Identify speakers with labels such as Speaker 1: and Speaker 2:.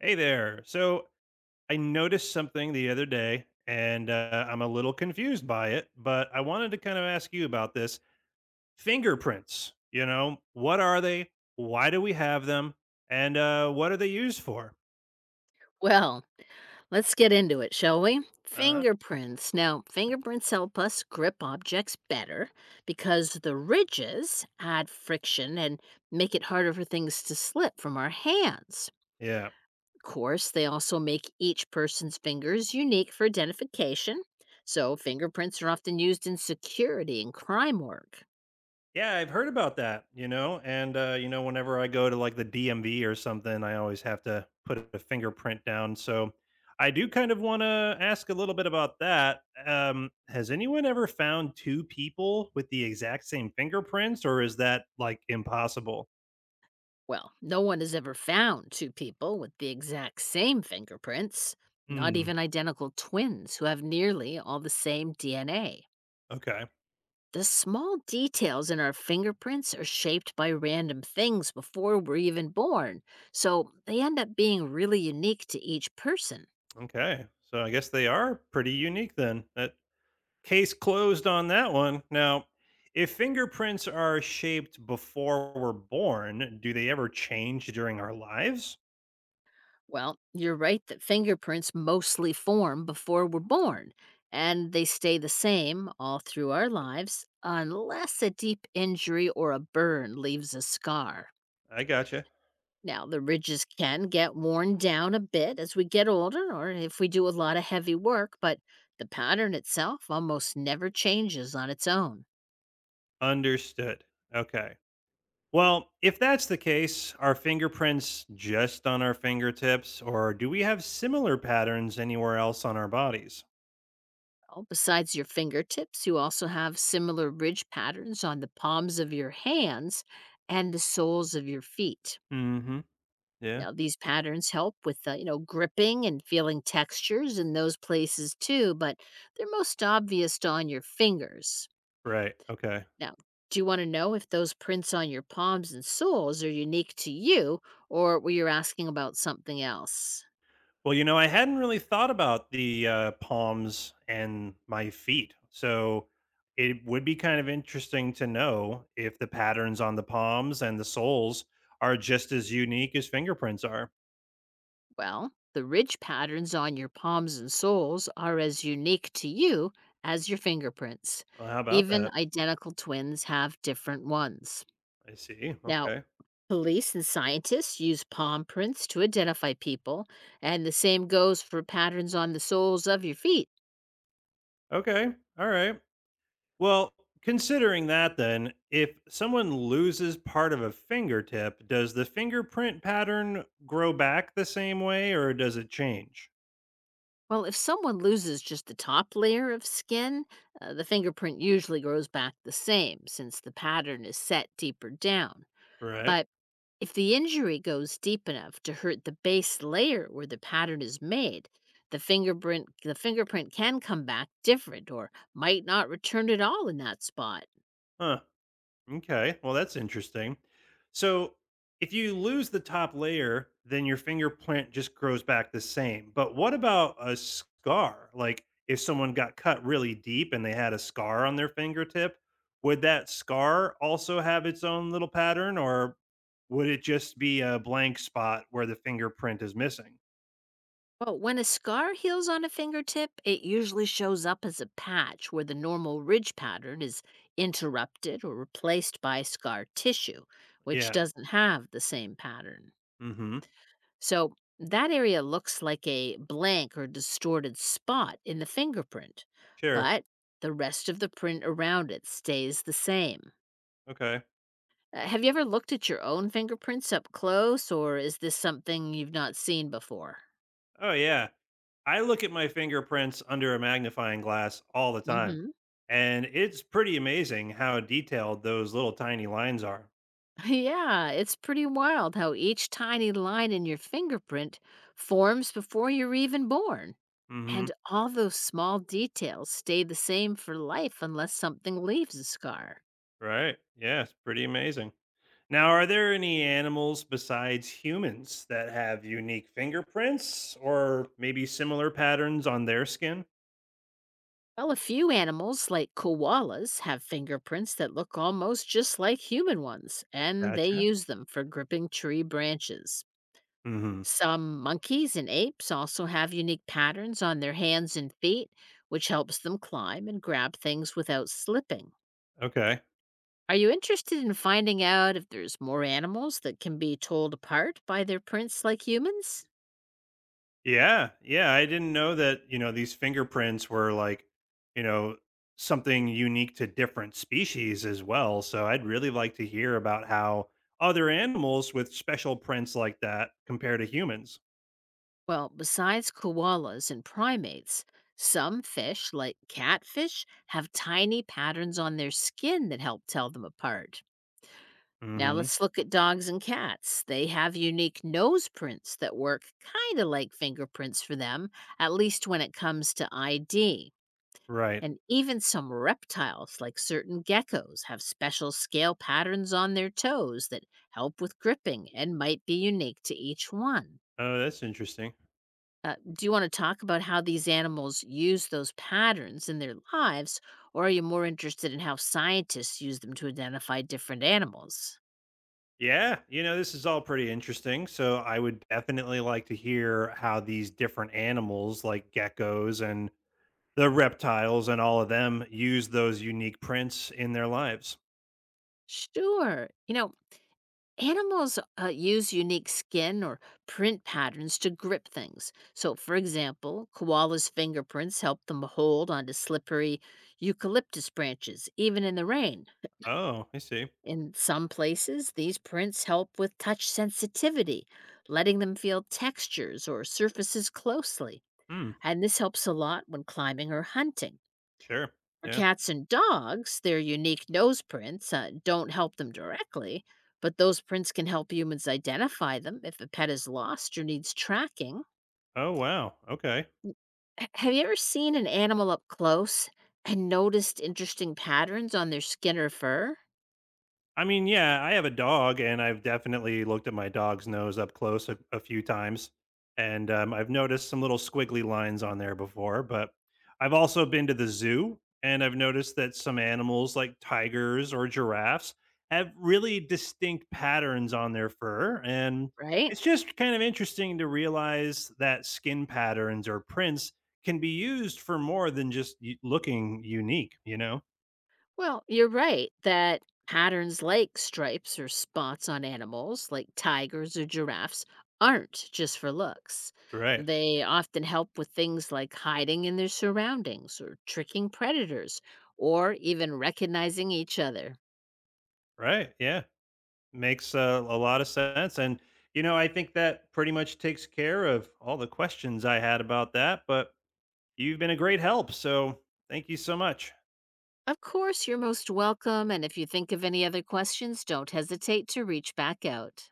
Speaker 1: Hey there. So I noticed something the other day, and I'm a little confused by it, but I wanted to kind of ask you about this. Fingerprints, what are they? Why do we have them? And what are they used for?
Speaker 2: Well, let's get into it, shall we?
Speaker 1: Uh huh.
Speaker 2: Fingerprints. Now, fingerprints help us grip objects better because the ridges add friction and make it harder for things to slip from our hands.
Speaker 1: Yeah.
Speaker 2: Of course, they also make each person's fingers unique for identification. So, fingerprints are often used in security and crime work.
Speaker 1: Yeah, I've heard about that, whenever I go to like the DMV or something, I always have to put a fingerprint down. So I do kind of want to ask a little bit about that. Has anyone ever found two people with the exact same fingerprints, or is that like impossible?
Speaker 2: Well, no one has ever found two people with the exact same fingerprints, not
Speaker 1: Mm,
Speaker 2: even identical twins who have nearly all the same DNA.
Speaker 1: okay.
Speaker 2: The small details in our fingerprints are shaped by random things before we're even born, so they end up being really unique to each person.
Speaker 1: Okay. So I guess they are pretty unique then. That Case closed on that one. Now, if fingerprints are shaped before we're born, do they ever change during our lives?
Speaker 2: Well, you're right that fingerprints mostly form before we're born, and they stay the same all through our lives unless a deep injury or a burn leaves a scar.
Speaker 1: I gotcha.
Speaker 2: Now, the ridges can get worn down a bit as we get older or if we do a lot of heavy work, but the pattern itself almost never changes on its own.
Speaker 1: Understood. Okay. Well, if that's the case, are fingerprints just on our fingertips, or do we have similar patterns anywhere else on our bodies?
Speaker 2: Well, besides your fingertips, you also have similar ridge patterns on the palms of your hands and the soles of your feet.
Speaker 1: Mm hmm. Yeah.
Speaker 2: Now, these patterns help with, gripping and feeling textures in those places too, but they're most obvious on your fingers.
Speaker 1: Right. Okay.
Speaker 2: Now, do you want to know if those prints on your palms and soles are unique to you, or were you asking about something else?
Speaker 1: Well, I hadn't really thought about the, palms and my feet, so it would be kind of interesting to know if the patterns on the palms and the soles are just as unique as fingerprints are.
Speaker 2: Well, the ridge patterns on your palms and soles are as unique to you as your fingerprints.
Speaker 1: Well, how about
Speaker 2: Even
Speaker 1: that?
Speaker 2: identical twins have different ones.
Speaker 1: I see,
Speaker 2: Now,
Speaker 1: okay.
Speaker 2: police and scientists use palm prints to identify people, and the same goes for patterns on the soles of your feet.
Speaker 1: Okay, alright. Well, considering that then, if someone loses part of a fingertip, does the fingerprint pattern grow back the same way, or does it change?
Speaker 2: Well, if someone loses just the top layer of skin, the fingerprint usually grows back the same since the pattern is set deeper down.
Speaker 1: Right?
Speaker 2: But if the injury goes deep enough to hurt the base layer where the pattern is made, the fingerprint can come back different or might not return at all in that spot.
Speaker 1: Huh. Okay. Well, that's interesting. So, if you lose the top layer, then your fingerprint just grows back the same. But what about a scar? Like, if someone got cut really deep and they had a scar on their fingertip, would that scar also have its own little pattern or would it just be a blank spot where the fingerprint is missing?
Speaker 2: Well, when a scar heals on a fingertip, it usually shows up as a patch where the normal ridge pattern is interrupted or replaced by scar tissue, which
Speaker 1: Yeah.
Speaker 2: doesn't have the same pattern.
Speaker 1: Mm hmm.
Speaker 2: So that area looks like a blank or distorted spot in the fingerprint,
Speaker 1: Sure.
Speaker 2: but the rest of the print around it stays the same.
Speaker 1: Okay.
Speaker 2: Have you ever looked at your own fingerprints up close, or is this something you've not seen before?
Speaker 1: Oh, yeah. I look at my fingerprints under a magnifying glass all the
Speaker 2: Mm
Speaker 1: time,
Speaker 2: hmm.
Speaker 1: and it's pretty amazing how detailed those little tiny lines are.
Speaker 2: Yeah, it's pretty wild how each tiny line in your fingerprint forms before you're even born.
Speaker 1: Hmm.
Speaker 2: And all those small details stay the same for life unless something leaves a scar.
Speaker 1: Right. Yeah, it's pretty amazing. Now, are there any animals besides humans that have unique fingerprints or maybe similar patterns on their skin?
Speaker 2: Well, a few animals, like koalas, have fingerprints that look almost just like human ones, and they
Speaker 1: Gotcha.
Speaker 2: use them for gripping tree branches.
Speaker 1: Hmm.
Speaker 2: Some monkeys and apes also have unique patterns on their hands and feet, which helps them climb and grab things without slipping.
Speaker 1: Okay.
Speaker 2: Are you interested in finding out if there's more animals that can be told apart by their prints like humans?
Speaker 1: Yeah, yeah, I didn't know that, these fingerprints were you know, something unique to different species as well. So I'd really like to hear about how other animals with special prints like that compare to humans.
Speaker 2: Well, besides koalas and primates, some fish, like catfish, have tiny patterns on their skin that help tell them apart. Now
Speaker 1: Hmm.
Speaker 2: let's look at dogs and cats. They have unique nose prints that work kind of like fingerprints for them, at least when it comes to ID.
Speaker 1: Right.
Speaker 2: And even some reptiles, like certain geckos, have special scale patterns on their toes that help with gripping and might be unique to each one.
Speaker 1: Oh, that's interesting.
Speaker 2: Do you want to talk about how these animals use those patterns in their lives, or are you more interested in how scientists use them to identify different animals?
Speaker 1: Yeah, this is all pretty interesting. So I would definitely like to hear how these different animals like geckos and the reptiles and all of them use those unique prints in their lives.
Speaker 2: Sure. You know, animals use unique skin or print patterns to grip things. So, for example, koalas' fingerprints help them hold onto slippery eucalyptus branches, even in the rain.
Speaker 1: Oh, I see.
Speaker 2: In some places, these prints help with touch sensitivity, letting them feel textures or surfaces closely.
Speaker 1: Hmm.
Speaker 2: And this helps a lot when climbing or hunting.
Speaker 1: Sure.
Speaker 2: For
Speaker 1: Yeah.
Speaker 2: cats and dogs, their unique nose prints don't help them directly, but those prints can help humans identify them if a pet is lost or needs tracking.
Speaker 1: Oh, wow. Okay.
Speaker 2: Have you ever seen an animal up close and noticed interesting patterns on their skin or fur?
Speaker 1: I mean, yeah, I have a dog, and I've definitely looked at my dog's nose up close a few times, and I've noticed some little squiggly lines on there before. But I've also been to the zoo, and I've noticed that some animals, like tigers or giraffes, have really distinct patterns on their fur, and
Speaker 2: Right?
Speaker 1: it's just kind of interesting to realize that skin patterns or prints can be used for more than just looking unique.
Speaker 2: Well, you're right that patterns like stripes or spots on animals, like tigers or giraffes, aren't just for looks.
Speaker 1: Right,
Speaker 2: They often help with things like hiding in their surroundings or tricking predators or even recognizing each other.
Speaker 1: right, yeah. Makes, a lot of sense, and, I think that pretty much takes care of all the questions I had about that, but you've been a great help, so thank you so much.
Speaker 2: Of course, you're most welcome, and if you think of any other questions, don't hesitate to reach back out.